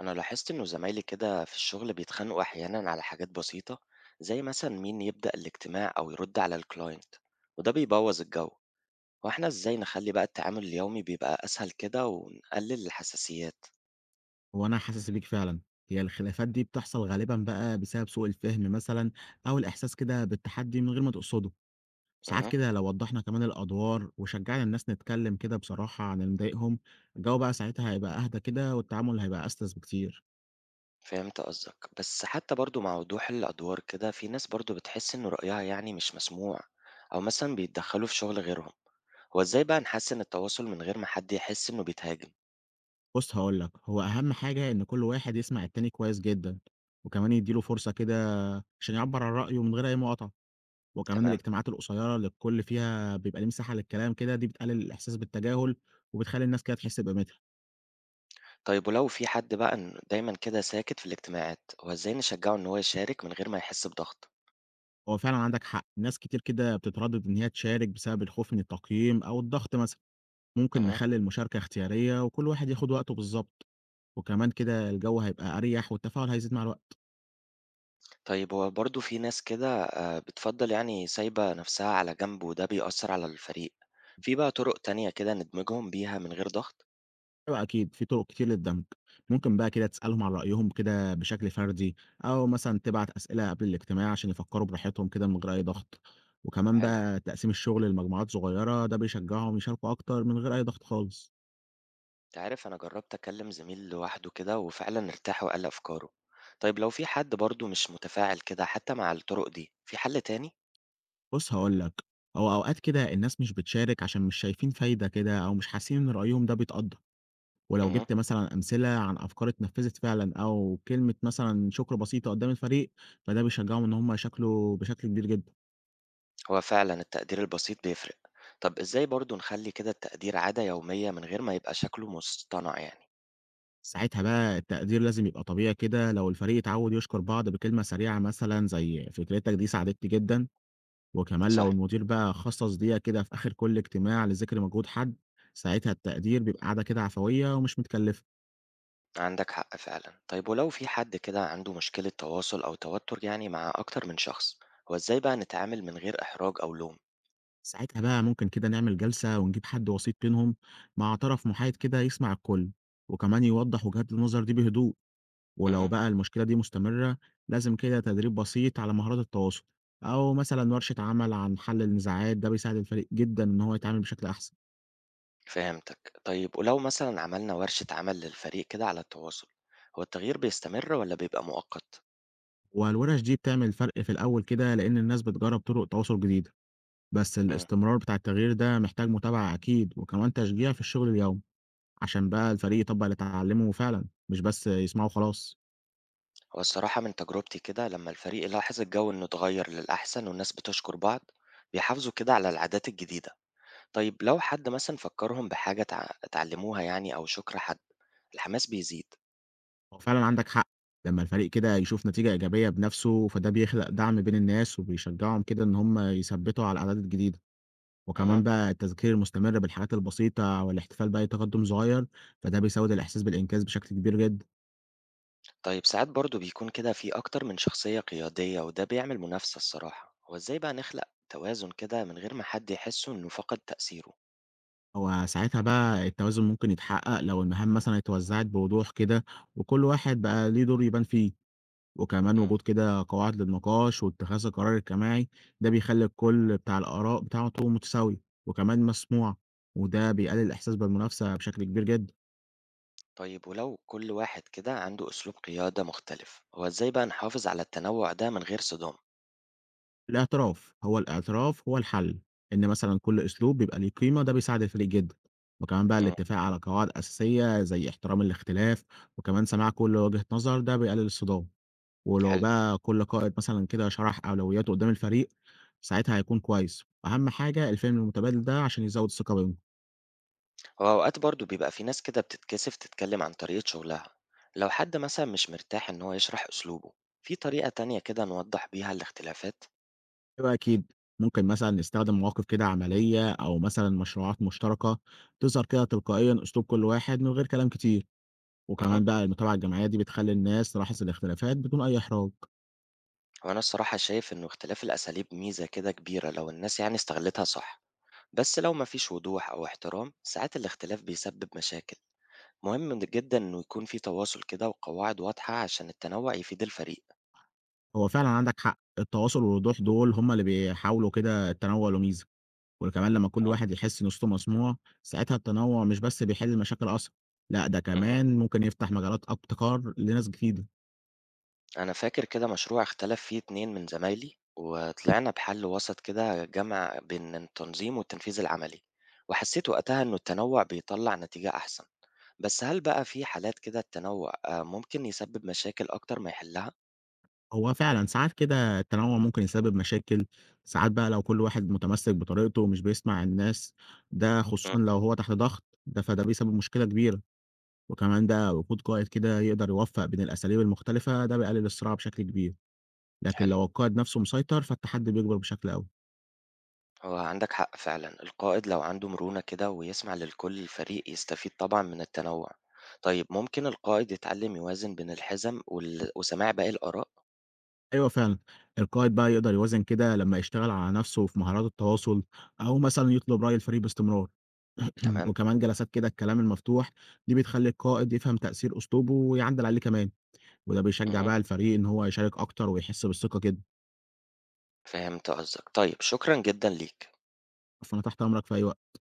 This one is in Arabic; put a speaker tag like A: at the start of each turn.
A: أنا لاحظت إنه زمايلي كده في الشغل بيتخانقوا أحيانا على حاجات بسيطة، زي مثلا مين يبدأ الاجتماع أو يرد على الكلاينت، وده بيبوظ الجو. وإحنا إزاي نخلي بقى التعامل اليومي بيبقى أسهل كده ونقلل الحساسيات؟
B: هو أنا حاسس بيك فعلا. هي الخلافات دي بتحصل غالبا بقى بسبب سوء الفهم مثلا، أو الإحساس كده بالتحدي من غير ما تقصده. ساعات
A: امم
B: كده لو وضحنا كمان الأدوار وشجعنا الناس نتكلم كده بصراحة عن اللي مضايقهم. الجو بقى ساعتها هيبقى أهدى كده، والتعامل هيبقى أسلس بكتير.
A: فهمت قصدك، بس حتى برضو مع وضوح الأدوار كده في ناس برضو بتحس إن رأيها يعني مش مسموع، أو مثلا بيتدخلوا في شغل غيرهم. هو إزاي بقى نحسن التواصل من غير ما حد يحس إنه بيتهاجم؟
B: بص هقولك، هو أهم حاجة إن كل واحد يسمع التاني كويس جدا، وكمان يديله فرصة كده عشان يعبر عن رأيه من غير أي مقاطعة. وكمان
A: تمام.
B: الاجتماعات القصيرة اللي الكل فيها بيبقى ليه مساحة للكلام كده، دي بتقلل الإحساس بالتجاهل، وبتخلي الناس كده تحس بقيمتها.
A: طيب ولو في حد بقى إن دايما كده ساكت في الاجتماعات، هو ازاي نشجعه ان هو يشارك من غير ما يحس بضغط؟
B: هو فعلًا عندك حق، ناس كتير كده بتتردد إن هي تشارك بسبب الخوف من التقييم أو الضغط مثلًا، ممكن
A: مهم.
B: نخلّي المشاركة اختيارية وكل واحد ياخد وقته بالضبط، وكمان كده الجو هيبقى أريح والتفاعل هيزيد مع الوقت.
A: طيب هو برضه في ناس كده بتفضل يعني سايبة نفسها على جنب وده بيأثر على الفريق. في بقى طرق تانية كده ندمجهم بيها من غير ضغط؟
B: أيوه أكيد، في طرق كتير للدمج، ممكن بقى كده تسألهم عن رأيهم كده بشكل فردي، أو مثلًا تبعت أسئلة قبل الاجتماع عشان يفكروا براحتهم كده من غير أي ضغط، وكمان
A: حلو.
B: بقى تقسيم الشغل لمجموعات صغيرة ده بيشجعهم يشاركوا أكتر من غير أي ضغط خالص.
A: تعرف انا جربت اكلم زميل لوحده كده وفعلا ارتاح وقال افكاره. طيب لو في حد برضه مش متفاعل كده حتى مع الطرق دي في حل تاني؟
B: بُص هاقول لك، هو أوقات كده الناس مش بتشارك عشان مش شايفين فايدة كده، أو مش حاسين إن رأيهم ده بيتقدّر، ولو جِبت مثلًا أمثلة عن أفكار اتنفّذت فعلًا أو كلمة مثلًا شكر بسيطة قدّام الفريق، فده بيشجّعهم إن هم يشاركوا بشكل كبير جدًا.
A: هو فعلا التقدير البسيط بيفرق. طب ازاي برضو نخلي كده التقدير عادة يومية من غير ما يبقى شكله مصطنع يعني؟
B: ساعتها بقى التقدير لازم يبقى طبيعي كده، لو الفريق اتعوّد يشكر بعض بكلمة سريعة مثلًا زي فكرتك دي ساعدتني جدًا، وكمان لو
A: صح.
B: المدير بقى خصّص دقيقة كده في آخر كل اجتماع لذِكر مجهود حد، ساعتها التقدير بيبقى عادة كده عفوية ومش متكلفة.
A: عندك حق فعلا. طيب ولو في حد كده عنده مشكلة تواصل أو توتر يعني مع أكتر من شخص، هو ازاي بقى نتعامل من غير إحراج أو لوم؟
B: ساعتها بقى ممكن كده نعمل جلسة ونجيب حد وسيط بينهم، مع طرف محايد كده يسمع الكل، وكمان يوضح وجهات النظر دي بهدوء. ولو
A: امم
B: بقى المشكلة دي مستمرة، لازم كده تدريب بسيط على مهارات التواصل، أو مثلا ورشة عمل عن حل النزاعات، ده بيساعد الفريق جدا إن هو يتعامل بشكل أحسن.
A: فهمتك. طيب ولو مثلا عملنا ورشة عمل للفريق كده على التواصل، هو التغيير بيستمر ولا بيبقى مؤقت؟
B: والورش دي بتعمل فرق في الأول كده، لأن الناس بتجرب طرق تواصل جديدة، بس
A: مم.
B: الاستمرار بتاع التغيير ده محتاج متابعة أكيد، وكمان تشجيع في الشغل اليومي، عشان بقى الفريق يطبق اللي اتعلمه فعلا، مش بس يسمعه خلاص.
A: هو الصراحة من تجربتي كده لما الفريق يلاحظ الجو إنه اتغير للأحسن والناس بتشكر بعض بيحافظوا كده على العادات الجديدة. طيب لو حد مثلا فكرهم بحاجة اتعلموها يعني أو شكر حد، الحماس بيزيد.
B: هو فعلًا عندك حق، لمّا الفريق كده يشوف نتيجة إيجابية بنفسه، فده بيخلق دعم بين الناس وبيشجعهم كده إن هم يثبّتوا على العادات الجديدة،
A: مهم.
B: وكمان بقى التذكير المستمر بالحاجات البسيطة والاحتفال بأي تقدم صغير، فده بيزوّد الإحساس بالإنجاز بشكل كبير جدًا.
A: طيب ساعات برضو بيكون كده في أكتر من شخصية قيادية وده بيعمل منافسة، الصراحة هو إزاي بقى نخلق توازن كده من غير ما حد يحس إنه فقد تأثيره؟
B: هو ساعتها بقى التوازن ممكن يتحقق لو المهام مثلًا اتوزّعت بوضوح كده، وكل واحد بقى ليه دور يبان فيه. وكمان
A: مم.
B: وجود كده قواعد للنقاش واتخاذ القرار الجماعي، ده بيخلي الكل بتاع الآراء بتاعته متساوية وكمان مسموع، وده بيقلل الإحساس بالمنافسة بشكل كبير جدا.
A: طيب ولو كل واحد كده عنده أسلوب قيادة مختلف، هو إزاي بقى نحافظ على التنوع ده من غير صدام؟
B: الاعتراف هو الحل، إن مثلا كل أسلوب بيبقى ليه قيمة، ده بيساعد الفريق جدا. وكمان بقى
A: مم.
B: الاتفاق على قواعد أساسية زي احترام الاختلاف، وكمان سماع كل وجهة نظر، ده بيقلل الصدام. ولو
A: حلو.
B: بقى كل قائد مثلا كده شرح أولوياته قدام الفريق، ساعتها هيكون كويس. أهم حاجة الفهم المتبادل ده، عشان يزود الثقة بينهم.
A: هو أوقات برضه بيبقى في ناس كده بتتكسف تتكلم عن طريقة شغلها. لو حد مثلا مش مرتاح إن هو يشرح أسلوبه، في طريقة تانية كده نوضح بيها الاختلافات؟
B: أيوه أكيد، ممكن مثلًا نستخدم مواقف كده عملية، أو مثلًا مشروعات مشتركة تظهر كده تلقائيًا أسلوب كل واحد من غير كلام كتير،
A: مه.
B: وكمان بقى المتابعة الجماعية دي بتخلّي الناس تلاحظ الاختلافات بدون أي إحراج.
A: وأنا الصراحة شايف إنه اختلاف الأساليب ميزة كده كبيرة لو الناس يعني استغلتها صح، بس لو مفيش وضوح أو احترام ساعات الاختلاف بيسبب مشاكل. مهم جدا إنه يكون في تواصل كده وقواعد واضحة عشان التنوع يفيد الفريق.
B: هو فعلًا عندك حق، التواصل والوضوح دول هم اللي بيحاولوا كده التنوع له ميزة، وكمان لمّا كل واحد يحس إن صوته مسموع، ساعتها التنوع مش بس بيحل المشاكل أصلًا، لأ ده
A: مه.
B: كمان ممكن يفتح مجالات أبتكار لناس جديدة.
A: أنا فاكر كده مشروع اختلف فيه 2 من زمايلي وطلعنا بحل وسط كده جمع بين التنظيم والتنفيذ العملي، وحسيت وقتها إنه التنوع بيطلع نتيجة أحسن. بس هل بقى في حالات كده التنوع ممكن يسبب مشاكل أكتر ما يحلها؟
B: هو فعلًا ساعات كده التنوُّع ممكن يسبب مشاكل، ساعات بقى لو كل واحد متمسّك بطريقته ومش بيسمع الناس، ده
A: مم،
B: خصوصًا لو هو تحت ضغط، فده بيسبب مشكلة كبيرة، وكمان ده وجود قائد كده يقدر يوفّق بين الأساليب المختلفة، ده بيقلل الصراع بشكل كبير، لكن
A: حلو.
B: لو القائد نفسه مسيطر فالتحدي بيكبر بشكل أوي.
A: هو عندك حق فعلا، القائد لو عنده مرونة كده ويسمع للكل الفريق يستفيد طبعا من التنوع. طيب ممكن القائد يتعلم يوازن بين الحزم وسماع باقي الآراء؟
B: أيوه فعلًا، القائد بقى يقدر يوازن كده لمّا يشتغل على نفسه في مهارات التواصل، أو مثلًا يطلب رأي الفريق باستمرار،
A: تمام؟
B: وكمان جلسات كده الكلام المفتوح، دي بتخلّي القائد يفهم تأثير أسلوبه ويعدّل عليه كمان. وده بيشجّع
A: مم،
B: بقى الفريق إن هو يشارك أكتر ويحس بالثقة كده،
A: فهمت قصدك. طيب شكرا جدا ليك.
B: فأنا تحت أمرك في أي وقت.